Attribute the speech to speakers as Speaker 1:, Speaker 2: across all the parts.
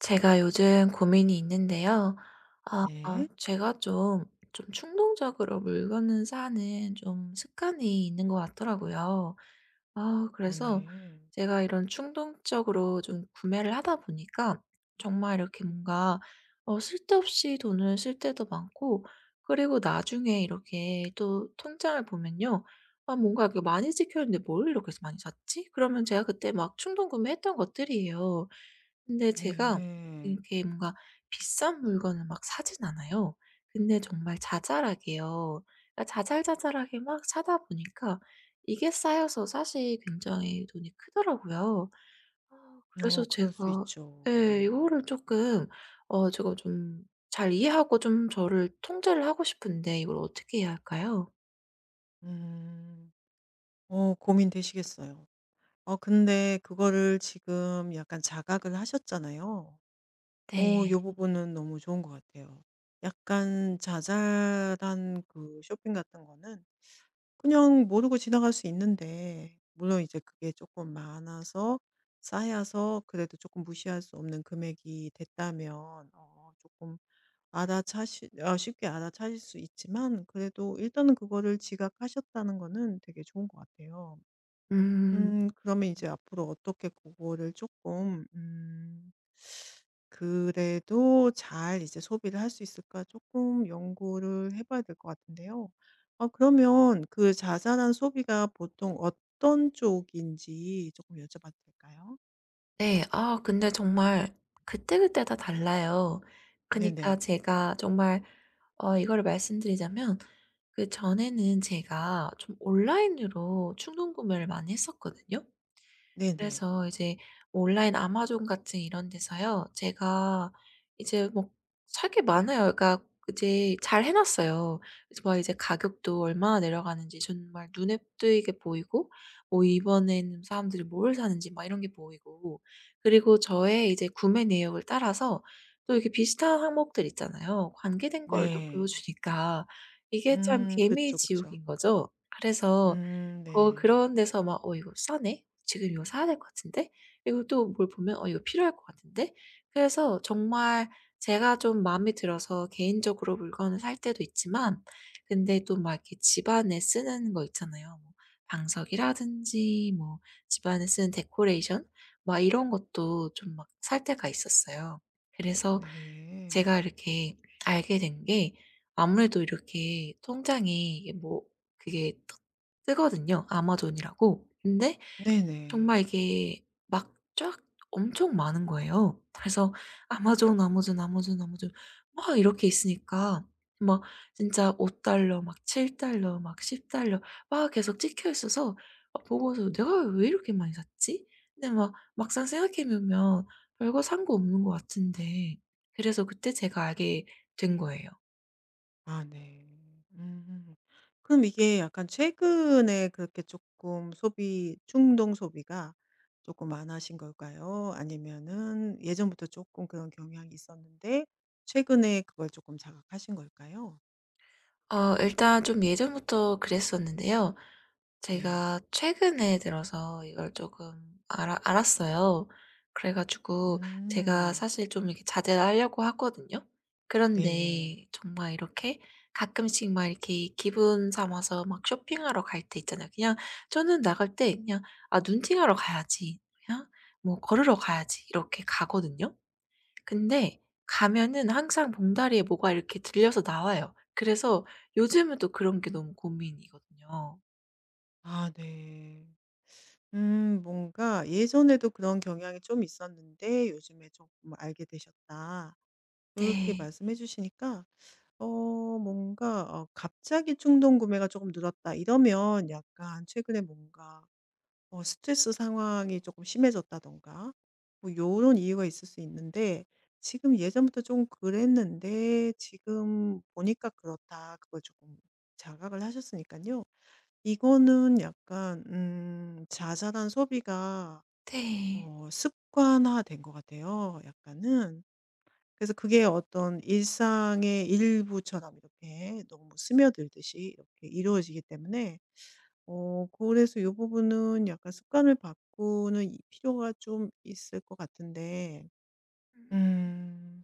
Speaker 1: 제가 요즘 고민이 있는데요.
Speaker 2: 네.
Speaker 1: 제가 좀 충동적으로 물건을 사는 좀 습관이 있는 것 같더라고요.
Speaker 2: 어
Speaker 1: 그래서
Speaker 2: 네.
Speaker 1: 제가 이런 충동적으로 좀 구매를 하다 보니까 정말 이렇게 뭔가 쓸데없이 돈을 쓸 때도 많고, 그리고 나중에 이렇게 또 통장을 보면요, '아 뭔가 이렇게 많이 찍켰는데 뭘 이렇게 많이 샀지?' 그러면 제가 그때 막 충동 구매했던 것들이에요. 근데 제가
Speaker 2: 네.
Speaker 1: 이렇게 뭔가 비싼 물건을 막 사진 않아요. 근데 정말 자잘하게요. 그러니까 자잘자잘하게 막 사다 보니까 이게 쌓여서 사실 굉장히 돈이 크더라고요. 아, 그래서
Speaker 2: 어 그럴 수
Speaker 1: 제가
Speaker 2: 있죠.
Speaker 1: 예
Speaker 2: 네.
Speaker 1: 이거를 조금, 제가 좀 잘 이해하고 좀 저를 통제를 하고 싶은데 이걸 어떻게 해야 할까요?
Speaker 2: 음. 어 고민되시겠어요. 근데 그거를 지금 약간 자각을 하셨잖아요.
Speaker 1: 네.
Speaker 2: 요 부분은 너무 좋은 것 같아요. 약간 자잘한 그 쇼핑 같은 거는 그냥 모르고 지나갈 수 있는데, 물론 이제 그게 조금 많아서 쌓여서 그래도 조금 무시할 수 없는 금액이 됐다면 조금 쉽게 알아차실 수 있지만, 그래도 일단은 그거를 지각하셨다는 거는 되게 좋은 것 같아요.
Speaker 1: 음.
Speaker 2: 음, 그러면 이제 앞으로 어떻게 그거를 조금 그래도 잘 이제 소비를 할 수 있을까 조금 연구를 해 봐야 될 것 같은데요. 그러면 그 자잘한 소비가 보통 어떤 쪽인지 조금 여쭤봐도 될까요?
Speaker 1: 네. 근데 정말 그때그때 다 달라요. 그니까
Speaker 2: 네네.
Speaker 1: 제가 정말, 이거를 말씀드리자면 그전에는 제가 좀 온라인으로 충동 구매를 많이 했었거든요.
Speaker 2: 네네.
Speaker 1: 그래서 이제 뭐 온라인 아마존 같은 이런 데서요, 제가 이제 뭐 살 게 많아요. 그러니까 이제 잘 해 놨어요. 그래서 막 이제 가격도 얼마나 내려가는지 정말 눈에 띄게 보이고, 뭐 이번에는 사람들이 뭘 사는지 막 이런 게 보이고, 그리고 저의 이제 구매 내역을 따라서 또 이렇게 비슷한 항목들 있잖아요, 관계된 걸 또 보여
Speaker 2: 네.
Speaker 1: 주니까 이게 참
Speaker 2: 음, 그쵸, 그쵸.
Speaker 1: 개미지옥인 거죠. 그래서
Speaker 2: 음, 네.
Speaker 1: 그런 데서 막 '어 이거 싸네. 지금 이거 사야 될 것 같은데.' 그리고 또 뭘 보면 '어 이거 필요할 것 같은데.' 그래서 정말 제가 좀 마음에 들어서 개인적으로 물건을 살 때도 있지만, 근데 또 막 이렇게 집안에 쓰는 거 있잖아요. 뭐 방석이라든지, 뭐 집안에 쓰는 데코레이션, 막 이런 것도 좀 막 살 때가 있었어요. 그래서
Speaker 2: 네.
Speaker 1: 제가 이렇게 알게 된 게, 아무래도 이렇게 통장이 이게 뭐 그게 뜨 뜨거든요 아마존이라고. 근데 정말
Speaker 2: 네네.
Speaker 1: 이게 막 쫙 엄청 많은 거예요. 그래서 아마존, 아마존, 아마존, 아마존 막 이렇게 있으니까, 막 진짜 $5 막 $7 막 $10 막 계속 찍혀 있어서, 아 보고서 '내가 왜 이렇게 많이 샀지?' 근데 막 막상 생각해 보면 별거 산 거 없는 것 같은데, 그래서 그때 제가 알게 된 거예요.
Speaker 2: 아, 네. 음. 그럼 이게 약간 최근에 그렇게 조금 소비 충동 소비가 조금 많아신 걸까요? 아니면은 예전부터 조금 그런 경향이 있었는데 최근에 그걸 조금 자각하신 걸까요?
Speaker 1: 일단 좀 예전부터 그랬었는데요,
Speaker 2: 네.
Speaker 1: 제가 최근에 들어서 이걸 조금 알아 알았어요. 그래 가지고 제가
Speaker 2: 음.
Speaker 1: 사실 좀 이렇게 자제를 하려고 하거든요. 그런데
Speaker 2: 네네.
Speaker 1: 정말 이렇게 가끔씩 막 이렇게 기분 삼아서 막 쇼핑하러 갈 때 있잖아요. 그냥 저는 나갈 때 그냥 '아 눈팅하러 가야지.' 그냥 뭐 '걸으러 가야지.' 이렇게 가거든요. 근데 가면은 항상 봉다리에 뭐가 이렇게 들려서 나와요. 그래서 요즘은 또 그런 게 너무 고민이거든요.
Speaker 2: 아, 네. 음, 뭔가 '예전에도 그런 경향이 좀 있었는데 요즘에 조금 알게 되셨다.' 이렇게
Speaker 1: 네.
Speaker 2: 말씀해 주시니까 뭔가, 갑자기 충동 구매가 조금 늘었다 이러면 약간 최근에 뭔가 스트레스 상황이 조금 심해졌다든가 뭐 요런 이유가 있을 수 있는데, 지금 예전부터 좀 그랬는데 지금 보니까 그렇다. 그걸 조금 자각을 하셨으니까요, 이거는 약간 자잘한 소비가
Speaker 1: 네.
Speaker 2: 습관화된 것 같아요, 약간은. 그래서 그게 어떤 일상의 일부처럼 이렇게 너무 스며들듯이 이렇게 이루어지기 때문에, 그래서 이 부분은 약간 습관을 바꾸는 이 필요가 좀 있을 것 같은데,
Speaker 1: 음.
Speaker 2: 음,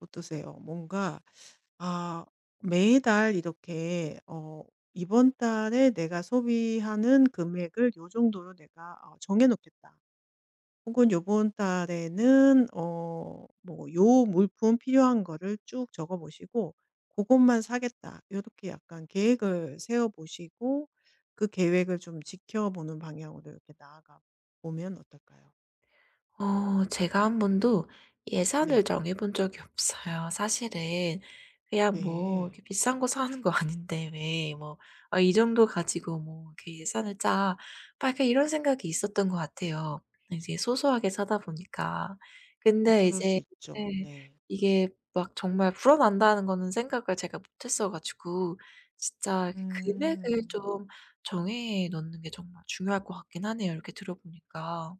Speaker 2: 어떠세요? 뭔가, 아, 매달 이렇게 '이번 달에 내가 소비하는 금액을 요 정도로 내가 정해 놓겠다.' 혹은 요번 달에는 뭐 요 물품 필요한 거를 쭉 적어 보시고 그것만 사겠다.' 이렇게 약간 계획을 세워 보시고 그 계획을 좀 지켜보는 방향으로 이렇게 나아가 보면 어떨까요?
Speaker 1: 제가 한 번도 예산을
Speaker 2: 네.
Speaker 1: 정해 본 적이 없어요, 사실은. 그냥 뭐
Speaker 2: 네.
Speaker 1: 이렇게 비싼 거 사는 거 아닌데 왜 뭐, '아 이 정도 가지고 뭐 이렇게 예산을 짜.' 막 약간 이런 생각이 있었던 것 같아요, 이제 소소하게 사다 보니까.
Speaker 2: 음,
Speaker 1: 근데
Speaker 2: 그럴
Speaker 1: 이제
Speaker 2: 수 있죠.
Speaker 1: 네
Speaker 2: 네.
Speaker 1: 이게 막 정말 불어난다는 거는 생각을 제가 못 했어 가지고, 진짜 이렇게 금액을
Speaker 2: 음.
Speaker 1: 좀 정해 놓는 게 정말 중요할 것 같긴 하네요, 이렇게 들어 보니까.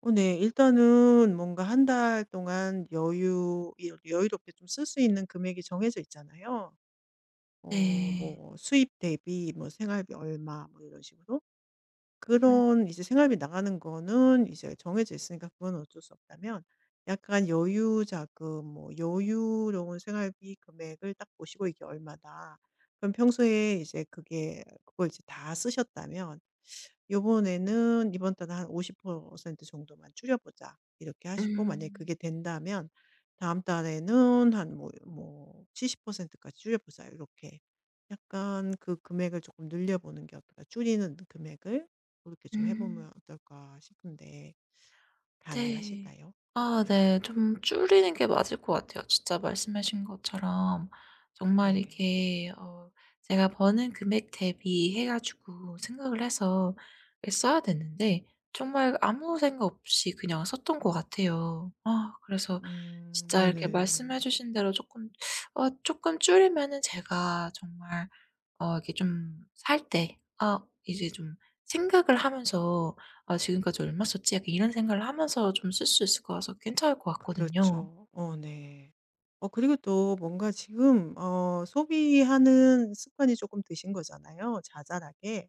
Speaker 2: 어 네. 일단은 뭔가 한 달 동안 여유 여유롭게 좀 쓸 수 있는 금액이 정해져 있잖아요.
Speaker 1: 네.
Speaker 2: 뭐 수입 대비 뭐 생활비 얼마 뭐 이런 식으로. 그런 이제 생활비 나가는 거는 이제 정해져 있으니까 그건 어쩔 수 없다면 약간 여유 자금, 뭐 여유로운 생활비 금액을 딱 보시고 이게 얼마다. 그럼 평소에 이제 그게 그걸 이제 다 쓰셨다면 요번에는 이번 달에 한 50% 정도만 줄여보자. 이렇게 하시고 만약에
Speaker 1: 음.
Speaker 2: 그게 된다면 다음 달에는 한 뭐 뭐 70%까지 줄여보자. 이렇게 약간 그 금액을 조금 늘려보는 게 어떨까? 줄이는 금액을 그렇게 좀 해
Speaker 1: 음.
Speaker 2: 보면 어떨까 싶은데,
Speaker 1: 네.
Speaker 2: 가능하실까요?
Speaker 1: 아 네.
Speaker 2: 네.
Speaker 1: 좀 줄이는 게 맞을 것 같아요, 진짜 말씀하신 것처럼. 정말
Speaker 2: 네.
Speaker 1: 이렇게 제가 버는 금액 대비해 가지고 생각을 해서 예 써야 되는데 정말 아무 생각 없이 그냥 썼던 것 같아요. 그래서 진짜 이렇게
Speaker 2: 네네.
Speaker 1: 말씀해 주신 대로 조금, 조금 줄이면은 제가 정말, 이게 좀 살 때 '아 이제 좀 생각을 하면서, 아 지금까지 얼마 썼지?' 약간 이런 생각을 하면서 좀 쓸 수 있을 거라서 괜찮을 것 같거든요.
Speaker 2: 그렇죠. 어 네. 그리고 또 뭔가 지금 소비하는 습관이 조금 드신 거잖아요, 자잘하게.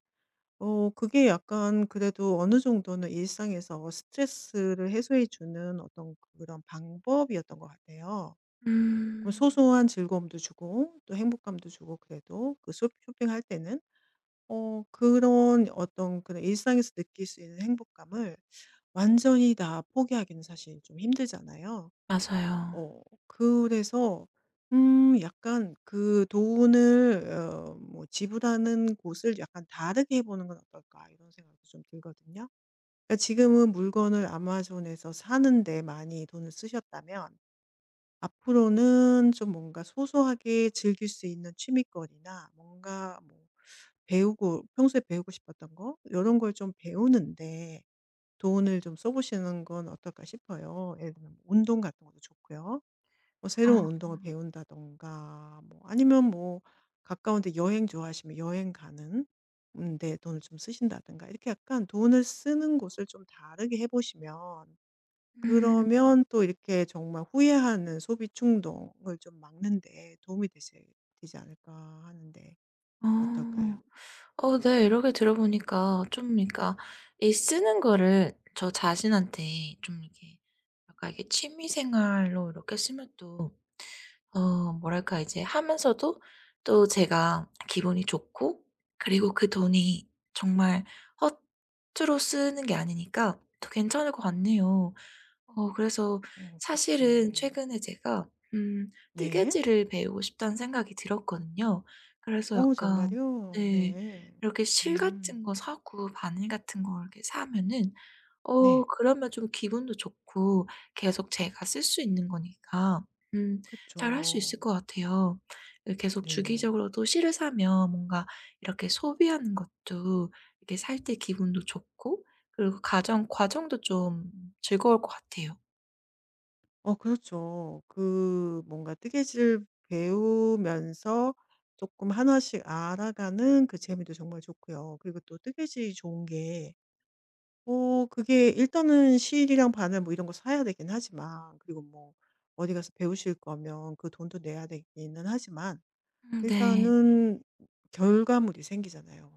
Speaker 2: 그게 약간 그래도 어느 정도는 일상에서 스트레스를 해소해 주는 어떤 그런 방법이었던 것 같아요. 그
Speaker 1: 음.
Speaker 2: 소소한 즐거움도 주고 또 행복감도 주고, 그래도 그 쇼 쇼핑할 때는. 그런 어떤 그런 일상에서 느낄 수 있는 행복감을 완전히 다 포기하기는 사실 좀 힘들잖아요.
Speaker 1: 맞아요.
Speaker 2: 어, 그래서 음, 약간 그 돈을 뭐 지불하는 곳을 약간 다르게 해 보는 건 어떨까 이런 생각도 좀 들거든요. 그러니까 지금은 물건을 아마존에서 사는 데 많이 돈을 쓰셨다면 앞으로는 좀 뭔가 소소하게 즐길 수 있는 취미거리나 뭔가 뭐 배우고 평소에 배우고 싶었던 거 이런 걸 좀 배우는데 돈을 좀 써 보시는 건 어떨까 싶어요. 예를 들면 뭐 운동 같은 것도 좋고요. 뭐
Speaker 1: 아
Speaker 2: 새로운 운동을 배운다든가, 뭐 아니면 뭐 가까운 데 여행 좋아하시면 여행 가는 데 돈을 좀 쓰신다든가 이렇게 약간 돈을 쓰는 곳을 좀 다르게 해 보시면
Speaker 1: 음.
Speaker 2: 그러면 또 이렇게 정말 후회하는 소비 충동을 좀 막는 데 도움이 되실 되지 않을까 하는데, 어떨까요?
Speaker 1: 어. 어 네. 이렇게 들어보니까 좀, 그러니까 이 쓰는 거를 저 자신한테 좀 이렇게 약간 이게 취미 생활로 이렇게 쓰면 또 뭐랄까, 이제 하면서도 또 제가 기분이 좋고, 그리고 그 돈이 정말 허투루 쓰는 게 아니니까 더 괜찮을 것 같네요. 그래서
Speaker 2: 어,
Speaker 1: 사실은
Speaker 2: 그쵸.
Speaker 1: 최근에 제가
Speaker 2: 네.
Speaker 1: 뜨개질을 배우고 싶다는 생각이 들었거든요. 그래서
Speaker 2: 어,
Speaker 1: 약간
Speaker 2: 정말요?
Speaker 1: 네
Speaker 2: 네.
Speaker 1: 이렇게 실 같은
Speaker 2: 음.
Speaker 1: 거 사고 바늘 같은 거 이렇게 사면은
Speaker 2: 네.
Speaker 1: 그러면 좀 기분도 좋고, 계속 제가 쓸 수 있는 거니까 음
Speaker 2: 그
Speaker 1: 잘 할 수
Speaker 2: 죠
Speaker 1: 있을 것 같아요. 그 계속
Speaker 2: 네네.
Speaker 1: 주기적으로 또 실을 사면 뭔가 이렇게 소비하는 것도, 이렇게 살 때 기분도 좋고, 그리고 가정 과정도 좀 즐거울 것 같아요.
Speaker 2: 어, 그렇죠. 그 뭔가 뜨개질 배우면서 조금 하나씩 알아가는 그 재미도 정말 좋고요. 그리고 또 뜨개질이 좋은 게 그게 일단은 실이랑 바늘 뭐 이런 거 사야 되긴 하지만, 그리고 뭐 어디 가서 배우실 거면 그 돈도 내야 되기는 하지만
Speaker 1: 네.
Speaker 2: 일단은 결과물이 생기잖아요.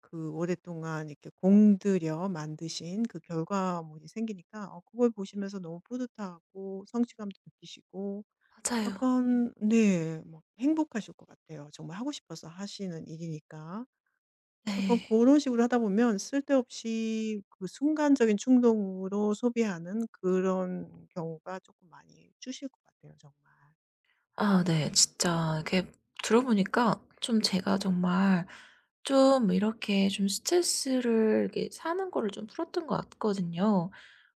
Speaker 2: 그 오랫동안 이렇게 공들여 만드신 그 결과물이 생기니까 그걸 보시면서 너무 뿌듯하고 성취감도 느끼시고
Speaker 1: 맞아요.
Speaker 2: 약간 네 막 행복하실 것 같아요. 정말 하고 싶어서 하시는 일이니까. 약간 그
Speaker 1: 네.
Speaker 2: 런 식으로 하다 보면 쓸데없이 그 순간적인 충동으로 소비하는 그런 경우가 조금 많이 줄실 것 같아요, 정말.
Speaker 1: 아 네.
Speaker 2: 네.
Speaker 1: 진짜 이렇게 들어보니까 좀, 제가 정말 좀 이렇게 좀 스트레스를 이렇게 사는 거를 좀 풀었던 것 같거든요.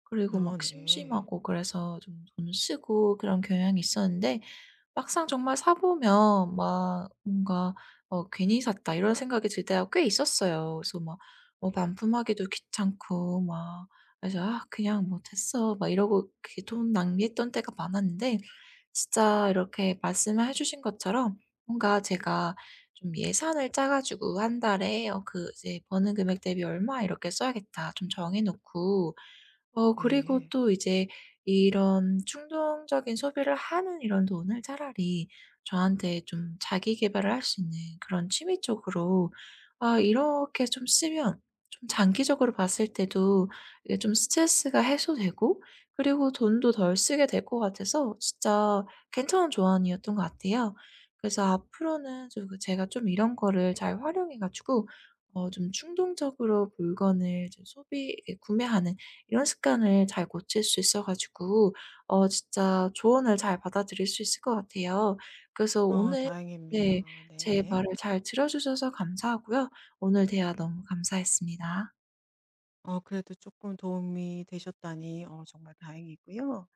Speaker 1: 그리고
Speaker 2: 어,
Speaker 1: 막
Speaker 2: 네.
Speaker 1: 심심하고 그래서 좀 돈 쓰고 그런 경향이 있었는데, 막상 정말 사 보면 막 뭔가 '어 괜히 샀다.' 이런 생각이 들 때가 꽤 있었어요. 그래서 막 뭐 반품하기도 귀찮고 막, 그래서 '아 그냥 뭐 됐어.' 막 이러고 그렇게 돈 낭비했던 때가 많았는데, 진짜 이렇게 말씀을 해 주신 것처럼 뭔가 제가 좀 예산을 짜 가지고 '한 달에, 그 이제 버는 금액 대비 얼마 이렇게 써야겠다.' 좀 정해 놓고, 그리고
Speaker 2: 네.
Speaker 1: 또 이제 이런 충동적인 소비를 하는 이런 돈을 차라리 저한테 좀 자기 계발을 할 수 있는 그런 취미 쪽으로 이렇게 좀 쓰면, 좀 장기적으로 봤을 때도 이게 좀 스트레스가 해소되고 그리고 돈도 덜 쓰게 될 것 같아서 진짜 괜찮은 조언이었던 것 같아요. 그래서 앞으로는 좀 그 제가 좀 이런 거를 잘 활용해 가지고 좀 충동적으로 물건을 좀 소비, 예, 구매하는 이런 습관을 잘 고칠 수 있어 가지고 진짜 조언을 잘 받아들일 수 있을 것 같아요. 그래서
Speaker 2: 어
Speaker 1: 오늘,
Speaker 2: 다행입니다.
Speaker 1: 네, 제
Speaker 2: 네.
Speaker 1: 말을 잘 들어 주셔서 감사하고요, 오늘 대화 너무 감사했습니다.
Speaker 2: 어 그래도 조금 도움이 되셨다니 어 정말 다행이고요.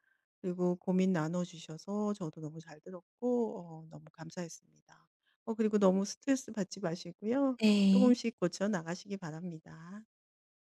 Speaker 2: 그리고 고민 나눠 주셔서 저도 너무 잘 들었고 어 너무 감사했습니다. 어 그리고 너무 스트레스 받지 마시고요. 조금
Speaker 1: 네.
Speaker 2: 씩 고쳐 나가시기 바랍니다.